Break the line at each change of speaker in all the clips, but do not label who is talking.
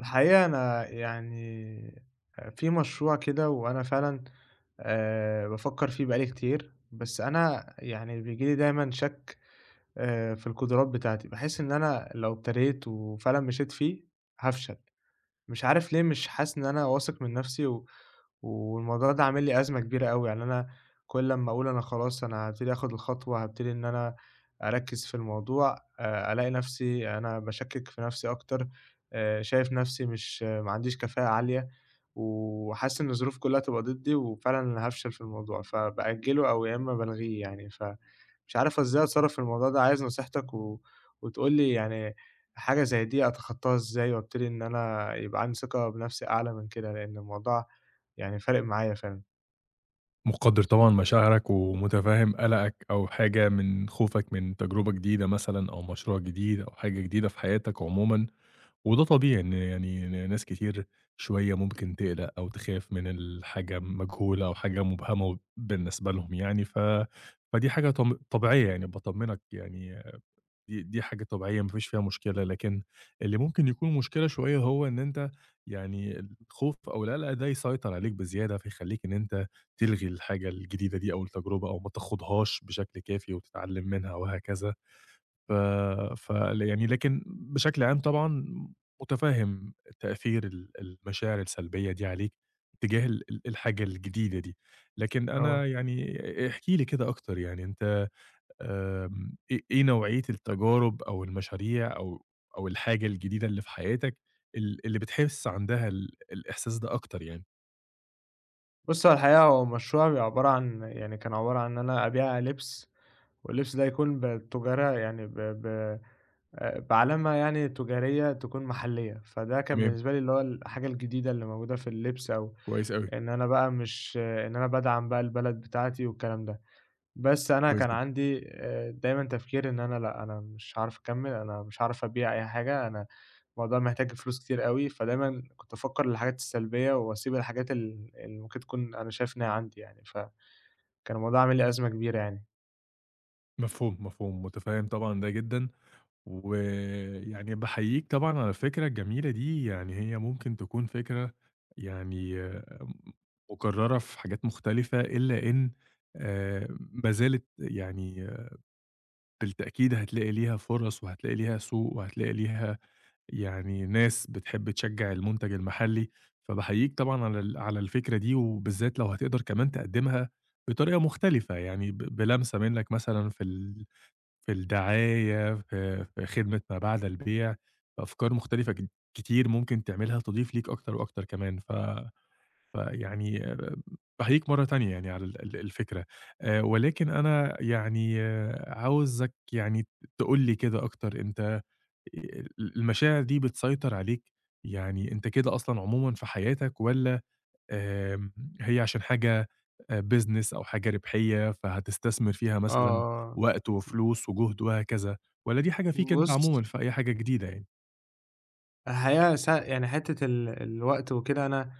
الحقيقة أنا يعني في مشروع كده وأنا فعلًا بافكّر فيه بقى لي كتير، بس أنا يعني بييجي لي دايمًا شَك في القدرات بتاعتي. باحس إن أنا لو ابتديت وفعلًا مشيت فيه هافشل. مش عارف ليه، مش حاسس إن أنا واثق من نفسي. والموضوع ده عامل لي أزمة كبيرة أوي، يعني أنا كل لمّا أقول أنا خلاص أنا هابتدي آخُد الخطوة، هابتدي إن أنا أركّز في الموضوع، ألاقي نفسي أنا باشكِّك في نفسي أكتر، شايف نفسي مش ما عنديش كفاءة عالية، وحاسس إن الظروف كلّها تبقى ضدّي وفعلًا أنا هافشل في الموضوع، فبأجّله أو يا إمّا بالغيه. يعني ف مش عارف إزاي أتصرّف في الموضوع ده، عايز نصيحتك وتقول لي يعني حاجة زي دي أتخطاها إزاي، وأبتدي إن أنا يبقى عندي ثقة بنفسي أعلى من كده، لإن الموضوع يعني فارق معايا فعلًا.
مقدّر طبعًا مشاعرك ومُتفهِّم قلقك أو حاجة من خوفك من تجربة جديدة مثلًا أو مشروع جديد أو حاجة جديدة في حياتك عمومًا، وده طبيعي إن يعني ناس كتير شوية ممكن تقلق أو تخاف من الحاجة مجهولة أو حاجة مُبهمة و بالنسبة لهم يعني، فدي حاجة طبيعية يعني، باطمّنك يعني دي حاجة طبيعية ما فيش فيها مشكلة، لكن اللي ممكن يكون مشكلة شوية هو إن أنت يعني الخوف أو القلق ده يسيطر عليك بزيادة، فيخلّيك إن أنت تلغي الحاجة الجديدة دي أو التجربة أو ما تاخدهاش بشكل كافي وتتعلم منها وهكذا. ف ف يعني لكن بشكل عام طبعًا متفهم تأثير المشاعر السلبية دي عليك تجاه ال ال الحاجة الجديدة دي، لكن
آه.
أنا يعني احكِ لي كده أكتر يعني أنت إيه نوعية التجارب أو المشاريع أو الحاجة الجديدة اللي في حياتك اللي بتحس عندها الإحساس ده أكتر يعني؟
بُص، هو الحقيقة هو مشروعي عبارة عن يعني كان عبارة عن إن أنا أبيع لِبس، واللبس ده يكون بتجارة يعني ب ب بعلامة يعني تجارية تكون محلية. فده كان
تمام،
بالنسبة لي اللي هو الحاجة الجديدة اللي موجودة في اللبس، أو
كويس أوي،
إن أنا بقى مش إن أنا بادعم بقى البلد بتاعتي والكلام ده. بس أنا
كويس
كان
جدًا،
عندي دايمًا تفكير إن أنا لأ، أنا مش هاعرف أكمّل، أنا مش هاعرف أبيع أي حاجة، أنا الموضوع محتاج فلوس كتير أوي، فدايمًا كنت بافكّر للحاجات السلبية وأسيب الحاجات اللي ممكن تكون أنا شايف إنها عندي يعني. فكان الموضوع عامل لي أزمة كبيرة يعني.
مفهوم، مفهوم، متفهّم طبعًا ده جدًا، ويعني باحييك طبعًا على الفكرة الجميلة دي، يعني هي ممكن تكون فكرة يعني م مكررة في حاجات مختلفة، إلا إن ما زالت يعني بالتأكيد هتلاقي ليها فرص وهتلاقي ليها سوق وهتلاقي ليها يعني ناس بتحب تشجّع المنتج المحلي، فباحييك طبعًا على على الفكرة دي، وبالذات لو هتقدر كمان تقدّمها بطريقة مختلفة، يعني بلمسة منّك مثلًا في في الدعاية، في خدمة ما بعد البيع، أفكار مختلفة كتير ممكن تعملها تضيف ليك أكتر وأكتر كمان فيعني باحييك مرّة تانية يعني على ال ال الفكرة، ولكن أنا يعني عاوزك يعني تقول لي كده أكتر أنت المشاعر دي بتسيطر عليك، يعني أنت كده أصلًا عمومًا في حياتك والّا آمم هي عشان حاجة business أو حاجة ربحية فهتستثمر فيها مثلًا
آه،
وقت وفلوس وجهد وهكذا، والّا دي حاجة فيك أنت
بُص،
عمومًا في أي حاجة جديدة يعني؟
الحقيقة يعني حتّة الوقت وكده، أنا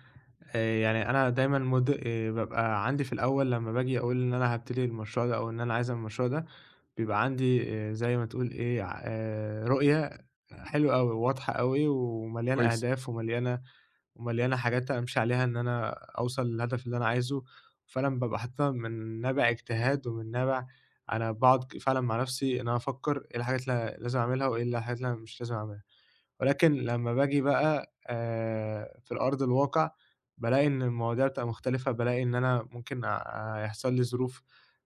يعني أنا دايمًا بابقى عندي في الأول لمّا باجي أقول إن أنا هابتدي المشروع ده، أو إن أنا عايز أعمل المشروع ده، بيبقى عندي زي ما تقول إيه، رؤية حلوة أوي، واضحة أوي، ومليانة
كويس.
أهداف، ومليانة حاجات أمشي عليها إن أنا أوصل للهدف اللي أنا عايزه. فعلًا بابقى حاططها من نابع اجتهاد ومن نابع أنا باقعد فعلًا مع نفسي إن أنا أفكّر إيه الحاجات اللي لازم أعملها وإيه الحاجات اللي أنا مش لازم أعملها. ولكن لمّا باجي بقى في الأرض الواقع، بالاقي إن المواضيع بتبقى مختلفة، بالاقي إن أنا ممكن يحصل لي ظروف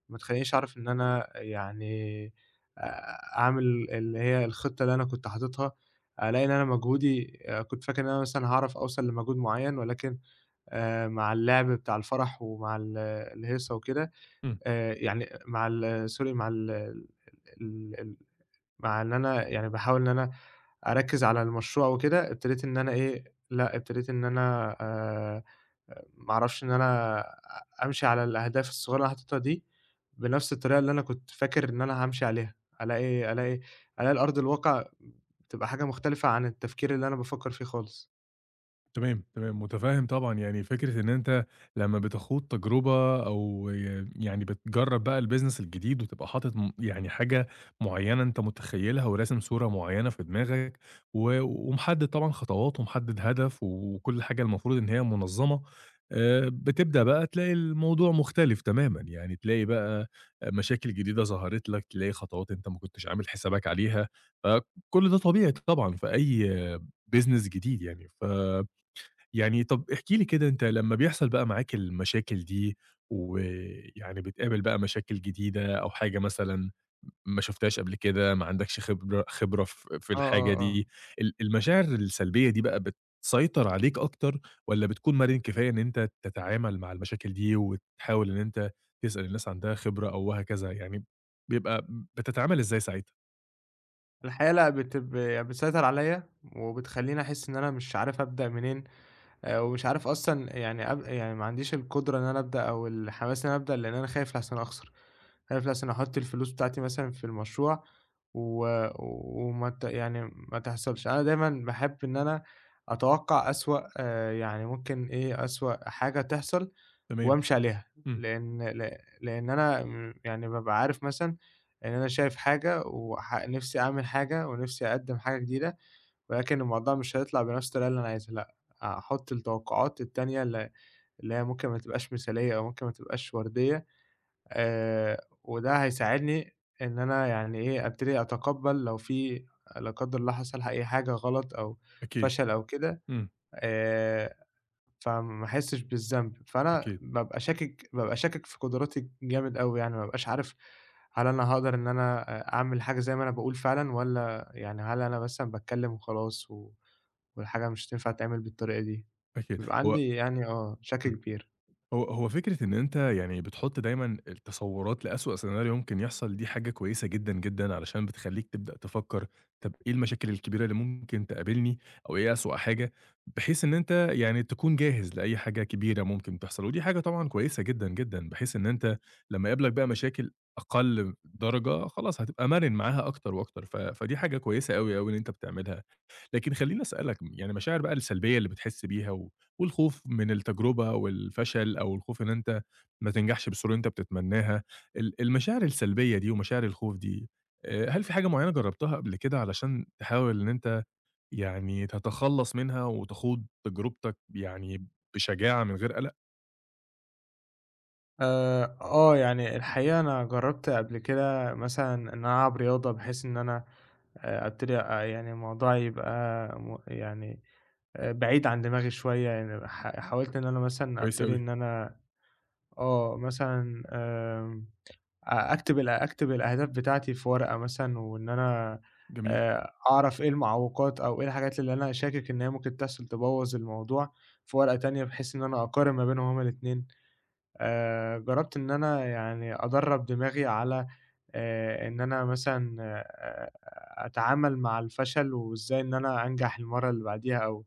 ما تخلّينيش أعرف إن أنا يعني أعمل اللي هي الخطة اللي أنا كنت حاططها. ألاقي إن أنا مجهودي، كنت فاكر إن أنا مثلًا هاعرف أوصل لمجهود معيّن، ولكن مع اللعب بتاع الفرح ومع الهيصة وكده،
إمم.
يعني مع ال sorry مع ال ال ال مع إن أنا يعني باحاول إن أنا أركّز على المشروع وكده، ابتديت إن أنا إيه، لأ، ابتديت إن أنا ما أعرفش إن أنا أمشي على الأهداف الصغيّرة اللي أنا حاططها دي بنفس الطريقة اللي أنا كنت فاكر إن أنا هامشي عليها. ألاقي ألاقي ألاقي الأرض الواقع بتبقى حاجة مختلفة عن التفكير اللي أنا بافكّر فيه خالص.
تمام، تمام، متفهم طبعًا، يعني فكرة إن أنت لمّا بتخوض تجربة أو يعني بتجرّب بقى الbusiness الجديد وتبقى حاطط يعني حاجة معيّنة أنت متخيّلها وراسم صورة معيّنة في دماغك، و ومحدد طبعًا خطوات ومحدد هدف وكل حاجة المفروض إن هي منظمة، بتبدأ بقى تلاقي الموضوع مختلف تمامًا، يعني تلاقي بقى مشاكل جديدة ظهرت لك، تلاقي خطوات أنت ما كنتش عامل حسابك عليها، فكل ده طبيعي طبعًا في أي business جديد يعني، يعني طب احكِ لي كده أنت لمّا بيحصل بقى معاك المشاكل دي، ويعني بتقابل بقى مشاكل جديدة أو حاجة مثلًا ما شُفتهاش قبل كده، ما عندكش خبرة في
آه، آه،
الحاجة
آه.
دي، المشاعر السلبية دي بقى بتسيطر عليك أكتر، والّا بتكون مرن كفاية إن أنت تتعامل مع المشاكل دي، وتحاول إن أنت تسأل الناس عندها خبرة أو وهكذا، يعني بيبقى بتتعامل إزاي ساعتها؟
الحقيقة لأ، بتسيطر عليَّ، وبتخلّيني أحس إن أنا مش عارف أبدأ منين. ومش عارف أصلًا يعني يعني ما عنديش القدرة إن أنا أبدأ، أو الحماس إن أنا أبدأ، لإن أنا خايف لأحسن أخسر، خايف لأحسن أحُط الفلوس بتاعتي مثلًا في المشروع و وما يعني ما تحصلش. أنا دايمًا باحب إن أنا أتوقّع أسوأ يعني ممكن إيه، أسوأ حاجة تحصل
تمام،
وأمشي عليها،
إمم،
لإن ل لإن أنا يعني بابقى عارف مثلًا إن أنا شايف حاجة، نِفْسي أعمل حاجة ونِفْسي أقدّم حاجة جديدة، ولكن الموضوع مش هيطلع بنفس الطريقة اللي أنا عايزها لأ، أحُط التوقعات التانية اللي هي ممكن ما تبقاش مثالية أو ممكن ما تبقاش وردية، وده هيساعدني إن أنا يعني إيه، أبتدي أتقبّل لو لا قدّر الله حصل أي حاجة غلط، أو
أكيد،
فشل أو كده،
إمم،
آآ فما احسش بالذنب. فأنا
أكيد،
بابقى شاكك في قدراتي جامد أوي يعني، ما بابقاش عارف هل أنا هاقدر إن أنا أعمل حاجة زي ما أنا باقول فعلًا، والّا يعني هل أنا مثلًا باتكلم وخلاص والحاجة مش تنفع تتعمل بالطريقة دي.
أكيد،
بيبقى
هو
عندي يعني شَك
إمم.
كبير.
هو هو فكرة إن أنت يعني بتحُط دايمًا التصوُّرات لأسوأ سيناريو ممكن يحصل، دي حاجة كويسة جدًا، جدًا، علشان بتخلّيك تبدأ تفكّر طَب إيه المشاكل الكبيرة اللي ممكن تقابلني أو إيه أسوأ حاجة، بحيث إن أنت يعني تكون جاهز لأي حاجة كبيرة ممكن تحصل، ودي حاجة طبعًا كويسة جدًا، جدًا، بحيث إن أنت لمّا يقابلك بقى مشاكل أقل درجة خلاص هتبقى مرِن معاها أكتر وأكتر، فدي حاجة كويسة أوي، أوي إن أنت بتعملها. لكن خلّيني أسألك يعني المشاعر بقى السلبية اللي بتحس بيها و والخوف من التجربة والفشل أو الخوف إن أنت ما تنجحش بالصورة اللي أنت بتتمناها، المشاعر السلبية دي ومشاعر الخوف دي، هل في حاجة معيّنة جرّبتها قبل كده علشان تحاول إن أنت يعني تتخلّص منها وتخوض تجربتك يعني بشجاعة من غير قلق؟
آه، يعني الحقيقة أنا جرّبت قبل كده مثلًا إن أنا ألعب رياضة، بحيث إن أنا أبتدي يعني الموضوع يبقى يعني بعيد عن دماغي شوية. يعني حاولت إن أنا مثلًا
كويس
أبتدي
أوي،
إن أنا مثلًا، أكتب أكتب الأهداف بتاعتي في ورقة مثلًا، وإن أنا
جميل،
أعرف إيه المعوقات أو إيه الحاجات اللي أنا شاكك إن هي ممكن تحصل تبوّظ الموضوع، في ورقة تانية، بحيث إن أنا أقارن ما بينهم هُم الاتنين. جربت إن أنا يعني أدرّب دماغي على، إن أنا مثلًا أتعامل مع الفشل، وإزاي إن أنا أنجح المرّة اللي بعديها، أو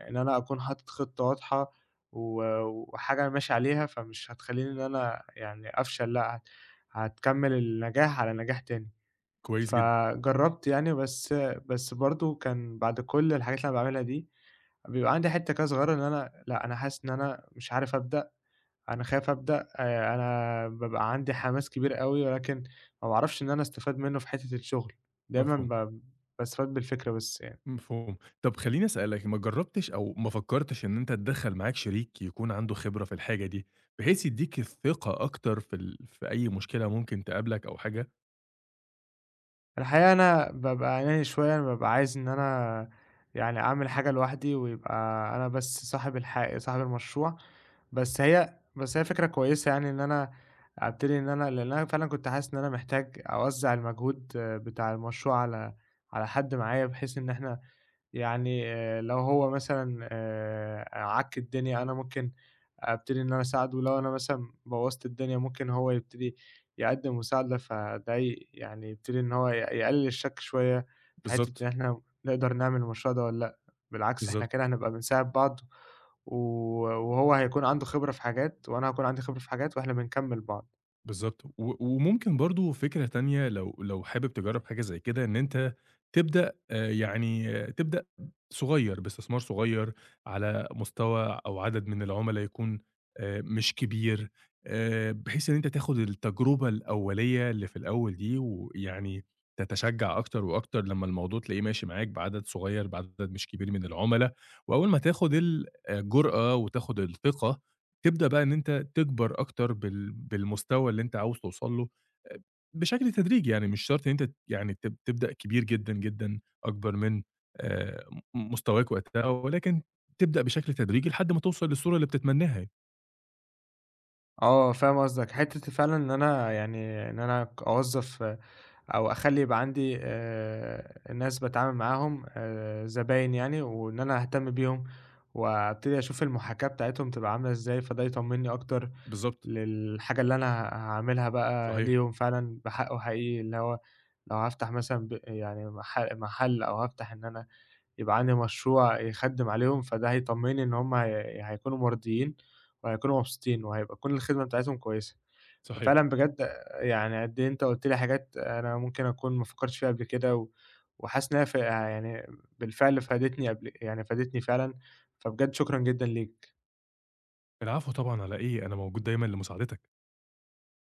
إن أنا أكون حاطط خطة واضحة و وحاجة أنا ماشي عليها، فمش هتخلّيني إن أنا يعني أفشل لأ، هتكمّل النجاح على نجاح تاني.
كويس جدًا،
فجرّبت يعني، بس برضه كان بعد كل الحاجات اللي أنا باعملها دي، بيبقى عندي حتّة كده صغيّرة إن أنا لأ، أنا حاسس إن أنا مش عارف أبدأ، أنا خايف أبدأ. أنا بابقى عندي حماس كبير أوي، ولكن ما باعرفش إن أنا أستفاد منّه في حتّة الشغل. دايمًا
مفهوم.
ب باستفاد بالفكرة بس يعني.
مفهوم. طب خلّيني أسألك، ما جرّبتش أو ما فكّرتش إن أنت تدخّل معاك شريك يكون عنده خبرة في الحاجة دي، بحيث يدّيك الثقة أكتر في في أي مشكلة ممكن تقابلك أو حاجة؟
الحقيقة أنا بابقى أناني شوية، أنا بابقى عايز إن أنا يعني أعمل حاجة لوحدي ويبقى أنا بس صاحب صاحب المشروع. بس هي فكرة كويسة يعني، إن أنا أبتدي إن أنا، لإن أنا فعلًا كنت حاسس إن أنا محتاج أوزّع المجهود بتاع المشروع على حد معايا، بحيث إن إحنا يعني، لو هو مثلًا عَك الدنيا، أنا ممكن أبتدي إن أنا أساعده. ولو أنا مثلًا بوّظت الدنيا، ممكن هو يبتدي يقدّم مساعدة. فده يعني يبتدي إن هو يقلل الشَك شوية في حتّة إن
بالضبط،
إحنا نقدر نعمل المشروع ده والّا لأ. بالعكس، إحنا
بالضبط.
كده هنبقى بنساعد بعض. و وهو هيكون عنده خبرة في حاجات، وأنا هاكون عندي خبرة في حاجات، وإحنا بنكمّل بعض.
بالضبط، و وممكن برضه فكرة تانية لو حابب تجرّب حاجة زي كده، إن أنت تبدأ يعني تبدأ صغير، باستثمار صغير على مستوى أو عدد من العُملا يكون مش كبير، بحيث إن أنت تاخد التجربة الأولية اللي في الأول دي، ويعني تتشجّع أكتر وأكتر لمّا الموضوع تلاقيه ماشي معاك بعدد صغير، بعدد مش كبير من العُملا، وأول ما تاخد الجرأة وتاخد الثقة تبدأ بقى إن أنت تكبر أكتر بالمستوى اللي أنت عاوز توصل له آآ بشكل تدريجي، يعني مش شرط إن أنت يعني تبدأ كبير جدًا، جدًا أكبر من آآ مستواك وقتها، ولكن تبدأ بشكل تدريجي لحد ما توصل للصورة اللي بتتمناها يعني.
آه، فاهم قصدك. حتّة فعلًا إن أنا يعني إن أنا أوظّف، أو أخلّي يبقى عندي ناس باتعامل معاهم زباين يعني، وإن أنا أهتم بيهم، وأبتدي أشوف المحاكاة بتاعتهم تبقى عاملة إزاي، فده يطمّني أكتر
بالضبط،
للحاجة اللي أنا هاعملها بقى
صحيح،
ليهم فعلًا بحقه حقيقي، اللي هو لو هافتح مثلًا يعني محل، أو هافتح إن أنا يبقى عندي مشروع يخدِّم عليهم، فده هيطمّني إن هم هي هيكونوا مرضيين وهيكونوا مبسوطين، وهيبقى تكون الخدمة بتاعتهم كويسة.
صحيح.
ففعلًا بجد، يعني قد إيه أنت قُلت لي حاجات أنا ممكن أكون ما فكّرتش فيها قبل كده، وحاسس إنها يعني بالفعل فادتني، قبل يعني فادتني فعلًا. فبجد شكرًا جدًا ليك.
العفو طبعًا على إيه، أنا موجود دايمًا لمساعدتك.